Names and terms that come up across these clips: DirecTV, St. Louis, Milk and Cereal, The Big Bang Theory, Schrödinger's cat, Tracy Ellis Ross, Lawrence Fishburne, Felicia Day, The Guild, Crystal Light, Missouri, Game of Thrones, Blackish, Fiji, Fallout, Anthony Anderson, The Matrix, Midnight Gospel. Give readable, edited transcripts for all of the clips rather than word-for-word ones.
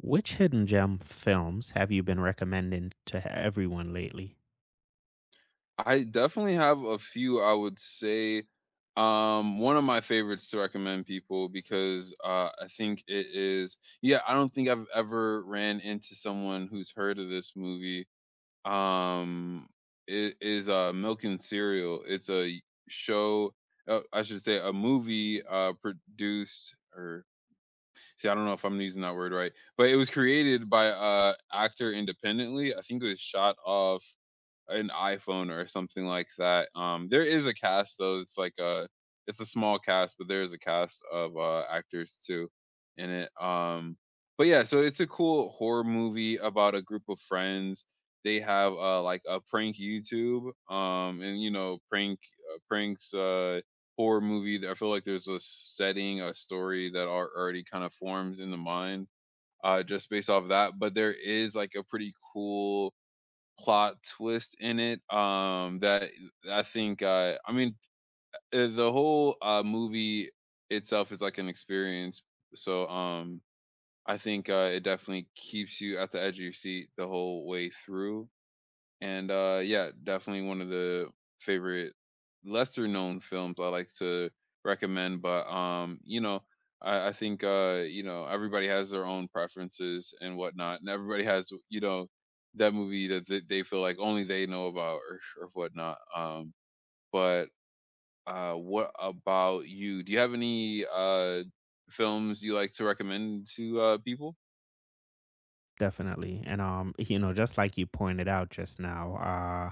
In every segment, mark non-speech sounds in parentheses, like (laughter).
Which hidden gem films have you been recommending to everyone lately? I definitely have a few, I would say. One of my favorites to recommend people because I think it is, yeah, I don't think I've ever ran into someone who's heard of this movie. Um, it is Milk and Cereal. It's a show. I should say, a movie produced, or see, I don't know if I'm using that word right, but it was created by actor independently. I think it was shot off an iPhone or something like that. There is a cast though. It's like a small cast, but there is a cast of actors too in it. But yeah, so it's a cool horror movie about a group of friends. They have like a prank YouTube, and prank pranks horror movie. I feel like there's a setting, a story that are already kind of forms in the mind just based off that. But there is like a pretty cool plot twist in it that I think the whole movie itself is like an experience, so um I think it definitely keeps you at the edge of your seat the whole way through. And yeah, definitely one of the favorite lesser known films I like to recommend. But I think everybody has their own preferences and whatnot, and everybody has, that movie that they feel like only they know about or whatnot. But what about you? Do you have any films you like to recommend to people? Definitely. Just like you pointed out just now,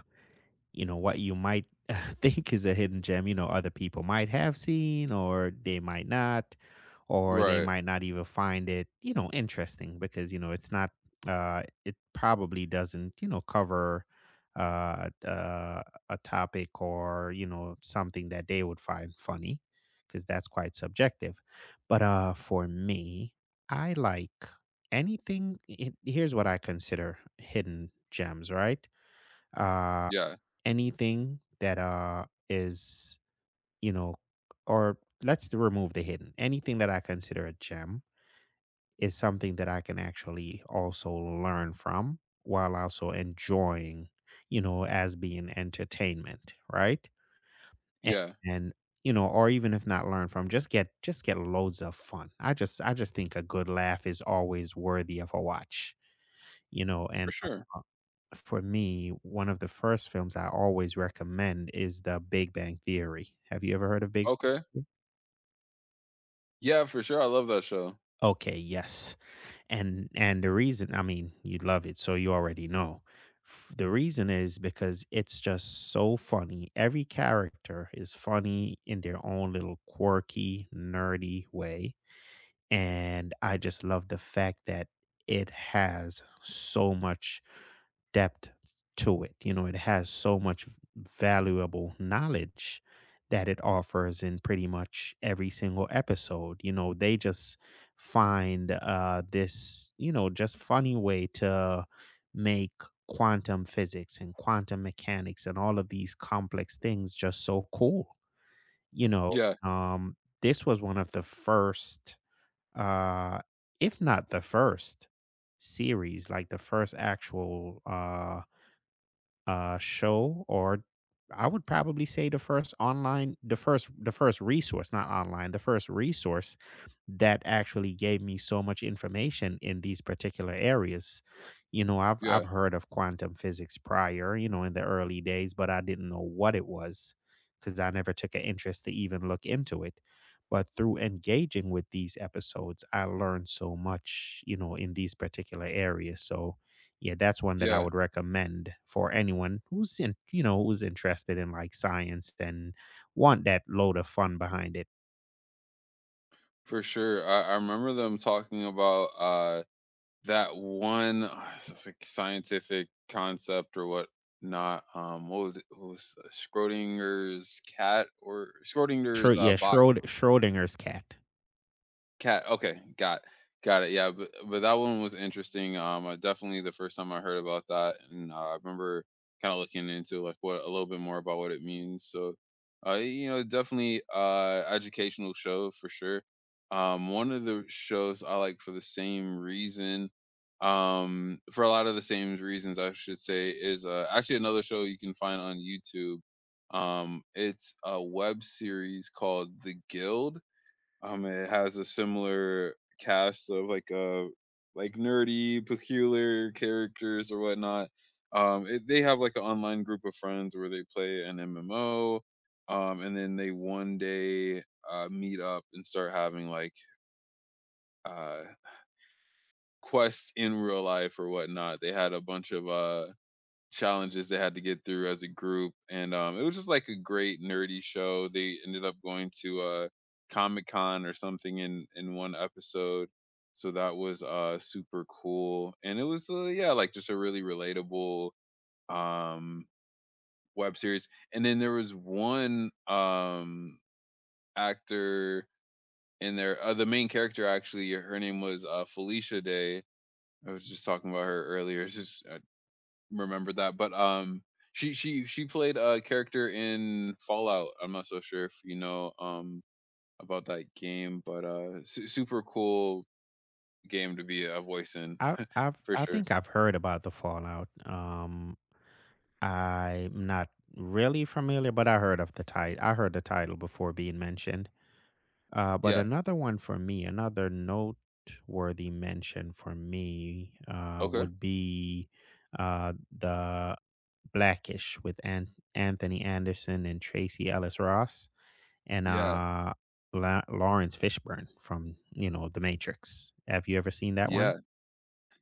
you know what you might (laughs) think is a hidden gem, you know, other people might have seen, or they might not, or they Right. might not even find it, you know, interesting, because you know it's not it probably doesn't, you know, cover uh, uh a topic or, you know, something that they would find funny, because that's quite subjective. But uh, for me, I like anything here's what I consider hidden gems, right? uh Yeah. Anything that is, you know, or let's remove the hidden, anything that I consider a gem is something that I can actually also learn from while also enjoying, you know, as being entertainment, right? and, Yeah. and you know, or even if not learn from, just get loads of fun. I just think a good laugh is always worthy of a watch, you know. And For uh, sure. for me, one of the first films I always recommend is The Big Bang Theory. Have you ever heard of Big Okay. Bang Theory? Yeah, for sure. I love that show. Okay, yes. And the reason, I mean, you love it, so you already know. The reason is because it's just so funny. Every character is funny in their own little quirky, nerdy way. And I just love the fact that it has so much depth to it. You know, it has so much valuable knowledge that it offers in pretty much every single episode. You know, they just find this, you know, just funny way to make quantum physics and quantum mechanics and all of these complex things just so cool. You know, Yeah. um, this was one of the first, uh, if not the first, series, like the first actual show, or I would probably say the first online, the first resource, not online, the first resource, that actually gave me so much information in these particular areas. You know, I've Yeah, heard of quantum physics prior, you know, in the early days, but I didn't know what it was because I never took an interest to even look into it. But through engaging with these episodes, I learned so much, you know, in these particular areas. So yeah, that's one that I yeah, would recommend for anyone who's in, you know, who's interested in like science and want that load of fun behind it. for sure. I remember them talking about that one, it's like scientific concept or what not. What was it? What was Schrodinger's cat or Schrodinger's Yeah, box? Schrodinger's cat. Cat. Okay, got it. Yeah, but that one was interesting. I definitely the first time I heard about that, and I remember kind of looking into like what a little bit more about what it means. So, definitely educational show for sure. One of the shows I like for the same reason, for a lot of the same reasons I should say, is actually another show you can find on YouTube. It's a web series called The Guild, it has a similar cast of like nerdy, peculiar characters or whatnot. They have like an online group of friends where they play an MMO, and then they one day meet up and start having like uh, quests in real life or whatnot. They had a bunch of challenges they had to get through as a group, and it was just like a great nerdy show. They ended up going to comic-con or something in one episode. So that was super cool, and it was yeah, like just a really relatable um web series. And then there was one actor in there, the main character, actually her name was Felicia Day. I was just talking about her earlier. It's just remember that, but, she played a character in Fallout. I'm not so sure if you know, about that game, but, su super cool game to be a voice in, I (laughs) I've for I sure. think I've heard about the Fallout. I'm not really familiar, but I heard of the title. I heard the title before being mentioned. But Yeah. another one for me, another noteworthy mention for me, Okay. would be the Blackish with Anthony Anderson and Tracy Ellis Ross, and Yeah. Lawrence Fishburne from, you know, The Matrix. Have you ever seen that one? Yeah.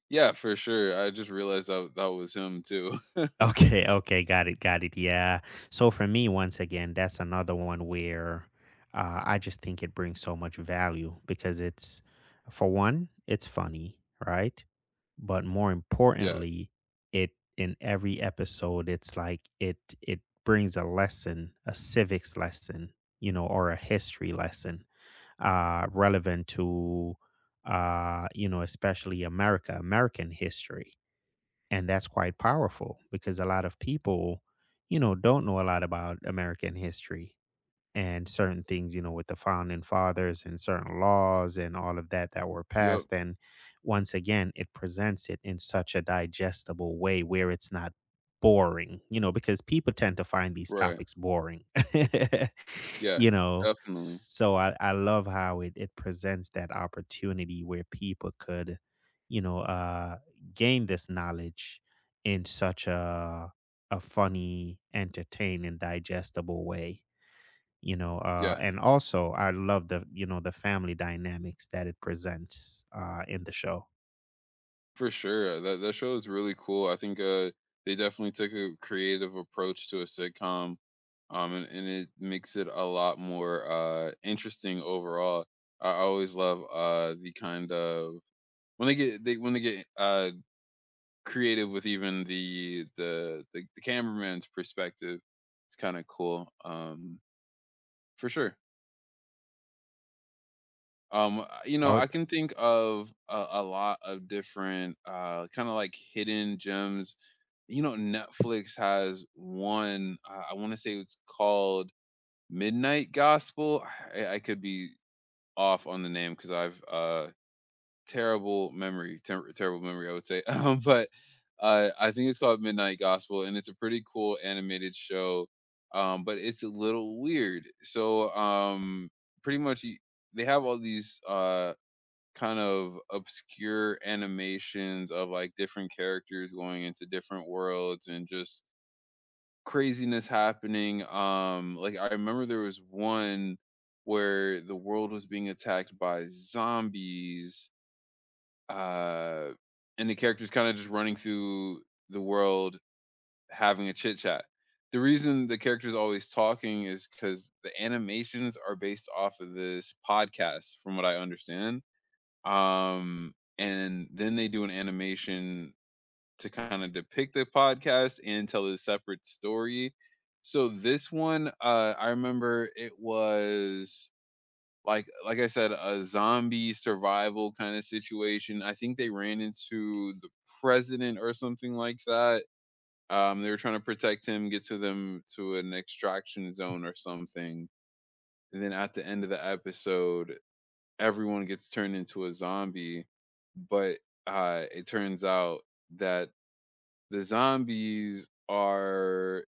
Yeah, for sure. I just realized that that was him too. (laughs) Okay, okay, got it, got it. Yeah. So for me, once again, that's another one where I just think it brings so much value because it's, for one, it's funny, right? But more Yeah. importantly, it in every episode, it's like it brings a lesson, a civics lesson, you know, or a history lesson, relevant to, you know, especially America, American history. And that's quite powerful because a lot of people, you know, don't know a lot about American history and certain things, you know, with the founding fathers and certain laws and all of that that were Yep. passed. And once again, it presents it in such a digestible way where it's not boring, you know, because people tend to find these Right. topics boring, (laughs) Yeah. you know. Definitely. So I love how it presents that opportunity where people could, you know, gain this knowledge in such a funny, entertaining, digestible way, you know. Yeah. And also I love the, you know, the family dynamics that it presents uh, in the show. For sure, that show is really cool. I think, they definitely took a creative approach to a sitcom, and it makes it a lot more, interesting overall. I always love, the kind of when they get they when they get, creative with even the cameraman's perspective, it's kinda cool, for sure. Oh, I can think of a lot of different kind of like hidden gems. You know, Netflix has one, I want to say it's called Midnight Gospel. I could be off on the name because I've terrible memory, terrible memory, I would say. (laughs) But I think it's called Midnight Gospel, and it's a pretty cool animated show. But it's a little weird. Pretty much you, they have all these kind of obscure animations of like different characters going into different worlds and just craziness happening. Like I remember there was one where the world was being attacked by zombies, uh, and the characters kind of just running through the world having a chit chat. The reason the characters always talking is because the animations are based off of this podcast, from what I understand. And then they do an animation to kind of depict the podcast and tell a separate story. So this one, I remember it was, I said, a zombie survival kind of situation. I think they ran into the president or something like that. They were trying to protect him, get to them to an extraction zone or something. And then at the end of the episode, everyone gets turned into a zombie, but it turns out that the zombies are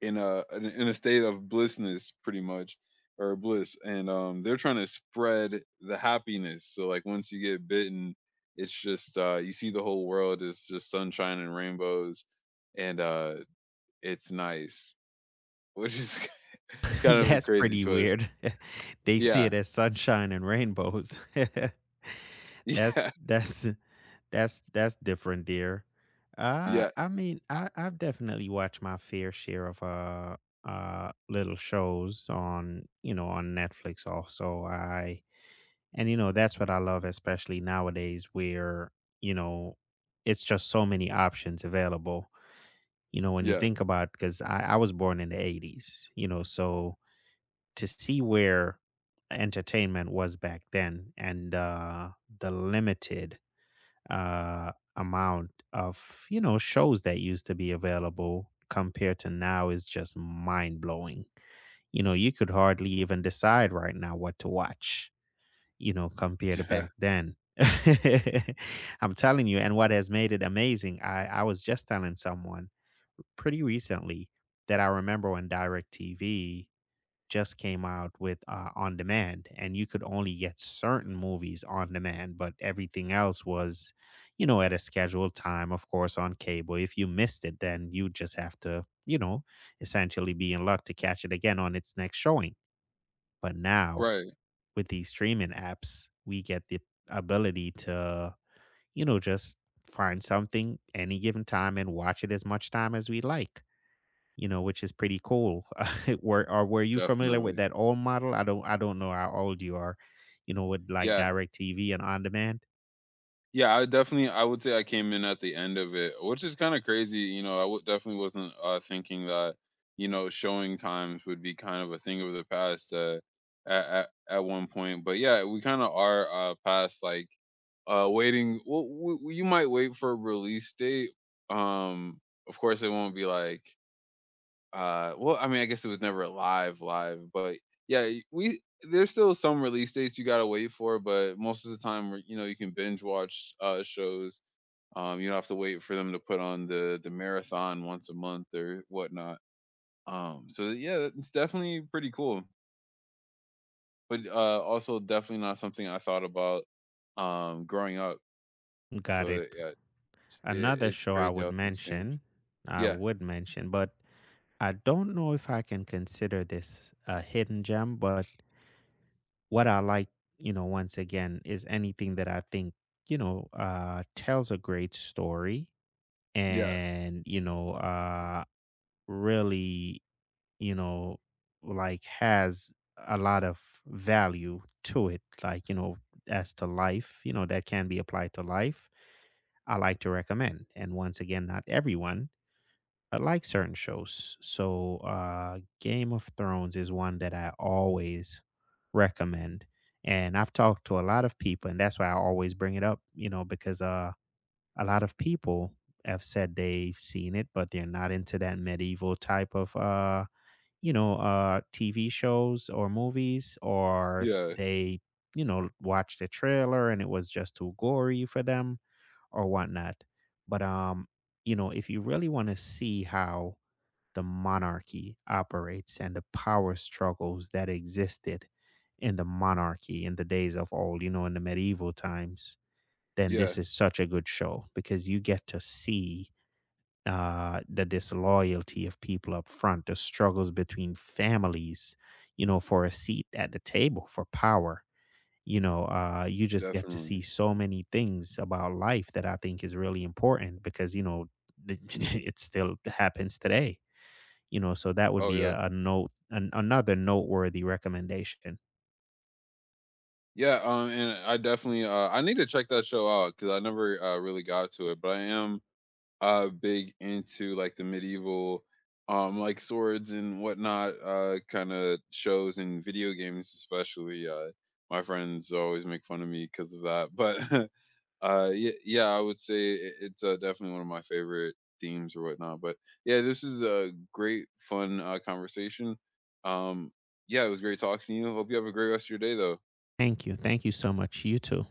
in a state of blissness, pretty much, or bliss, and they're trying to spread the happiness. So like once you get bitten, it's just you see the whole world is just sunshine and rainbows, and it's nice, which is (laughs) (laughs) kind of a that's crazy pretty twist. weird. (laughs) They see Yeah, it as sunshine and rainbows. (laughs) (laughs) that's yeah, that's that's different, dear. Uh, yeah, I mean, I've definitely watched my fair share of little shows on, you know, on Netflix also. I And you know, that's what I love, especially nowadays where, you know, it's just so many options available. You know, when you yeah, think about, because I was born in the 80s, you know, so to see where entertainment was back then, and the limited amount of, you know, shows that used to be available compared to now is just mind blowing. You know, you could hardly even decide right now what to watch, you know, compared to (laughs) yeah. back then. (laughs) I'm telling you, and what has made it amazing, I was just telling someone pretty recently, that I remember when DirecTV just came out with on demand, and you could only get certain movies on demand, but everything else was, you know, at a scheduled time, of course, on cable. If you missed it, then you just have to, you know, essentially be in luck to catch it again on its next showing. But now Right. with these streaming apps, we get the ability to, you know, just find something any given time and watch it as much time as we like, you know, which is pretty cool. (laughs) Were, or were you familiar with Definitely. that old model? I don't know how old you are, you know, with like Yeah. direct TV and on demand. Yeah, I definitely I would say I came in at the end of it, which is kinda crazy, you know, I w definitely wasn't, thinking that, you know, showing times would be kind of a thing of the past, at one point, but yeah, we kinda are, past, like, waiting well, w w you might wait for a release date, um, of course, it won't be like I mean, I guess it was never a live, but yeah, we there's still some release dates you gotta wait for, but most of the time, you know, you can binge watch shows. You don't have to wait for them to put on the marathon once a month or whatnot. So yeah, it's definitely pretty cool, but also definitely not something I thought about growing up. Got So it. that, yeah, it, Another it's show crazy how things change. I Yeah, would mention, but I don't know if I can consider this a hidden gem, but what I like, you know, once again, is anything that I think, you know, tells a great story, yeah, and, you know, really, you know, like has a lot of value to it, like, you know, as to life, you know, that can be applied to life, I like to recommend. And once again, not everyone, I like certain shows. So, Game of Thrones is one that I always recommend. And I've talked to a lot of people, and that's why I always bring it up, you know, because a lot of people have said they've seen it, but they're not into that medieval type of, you know, TV shows or movies, or yeah, they, you know, watched the trailer and it was just too gory for them or whatnot. But, you know, if you really want to see how the monarchy operates and the power struggles that existed in the monarchy in the days of old, you know, in the medieval times, then yeah, this is such a good show because you get to see the disloyalty of people up front, the struggles between families, you know, for a seat at the table, for power. You know, you just get to see definitely. so many things about life that I think is really important because, you know, (laughs) it still happens today, you know, so that would Oh be yeah. a, another noteworthy recommendation. Yeah, and I definitely I need to check that show out because I never really got to it. But I am big into like the medieval, like swords and whatnot, kind of shows and video games, especially. My friends always make fun of me because of that. But (laughs) yeah, yeah, I would say it's definitely one of my favorite themes or whatnot. But yeah, this is a great, fun conversation. Um, yeah, it was great talking to you. Hope you have a great rest of your day, though. Thank you. Thank you so much. You too.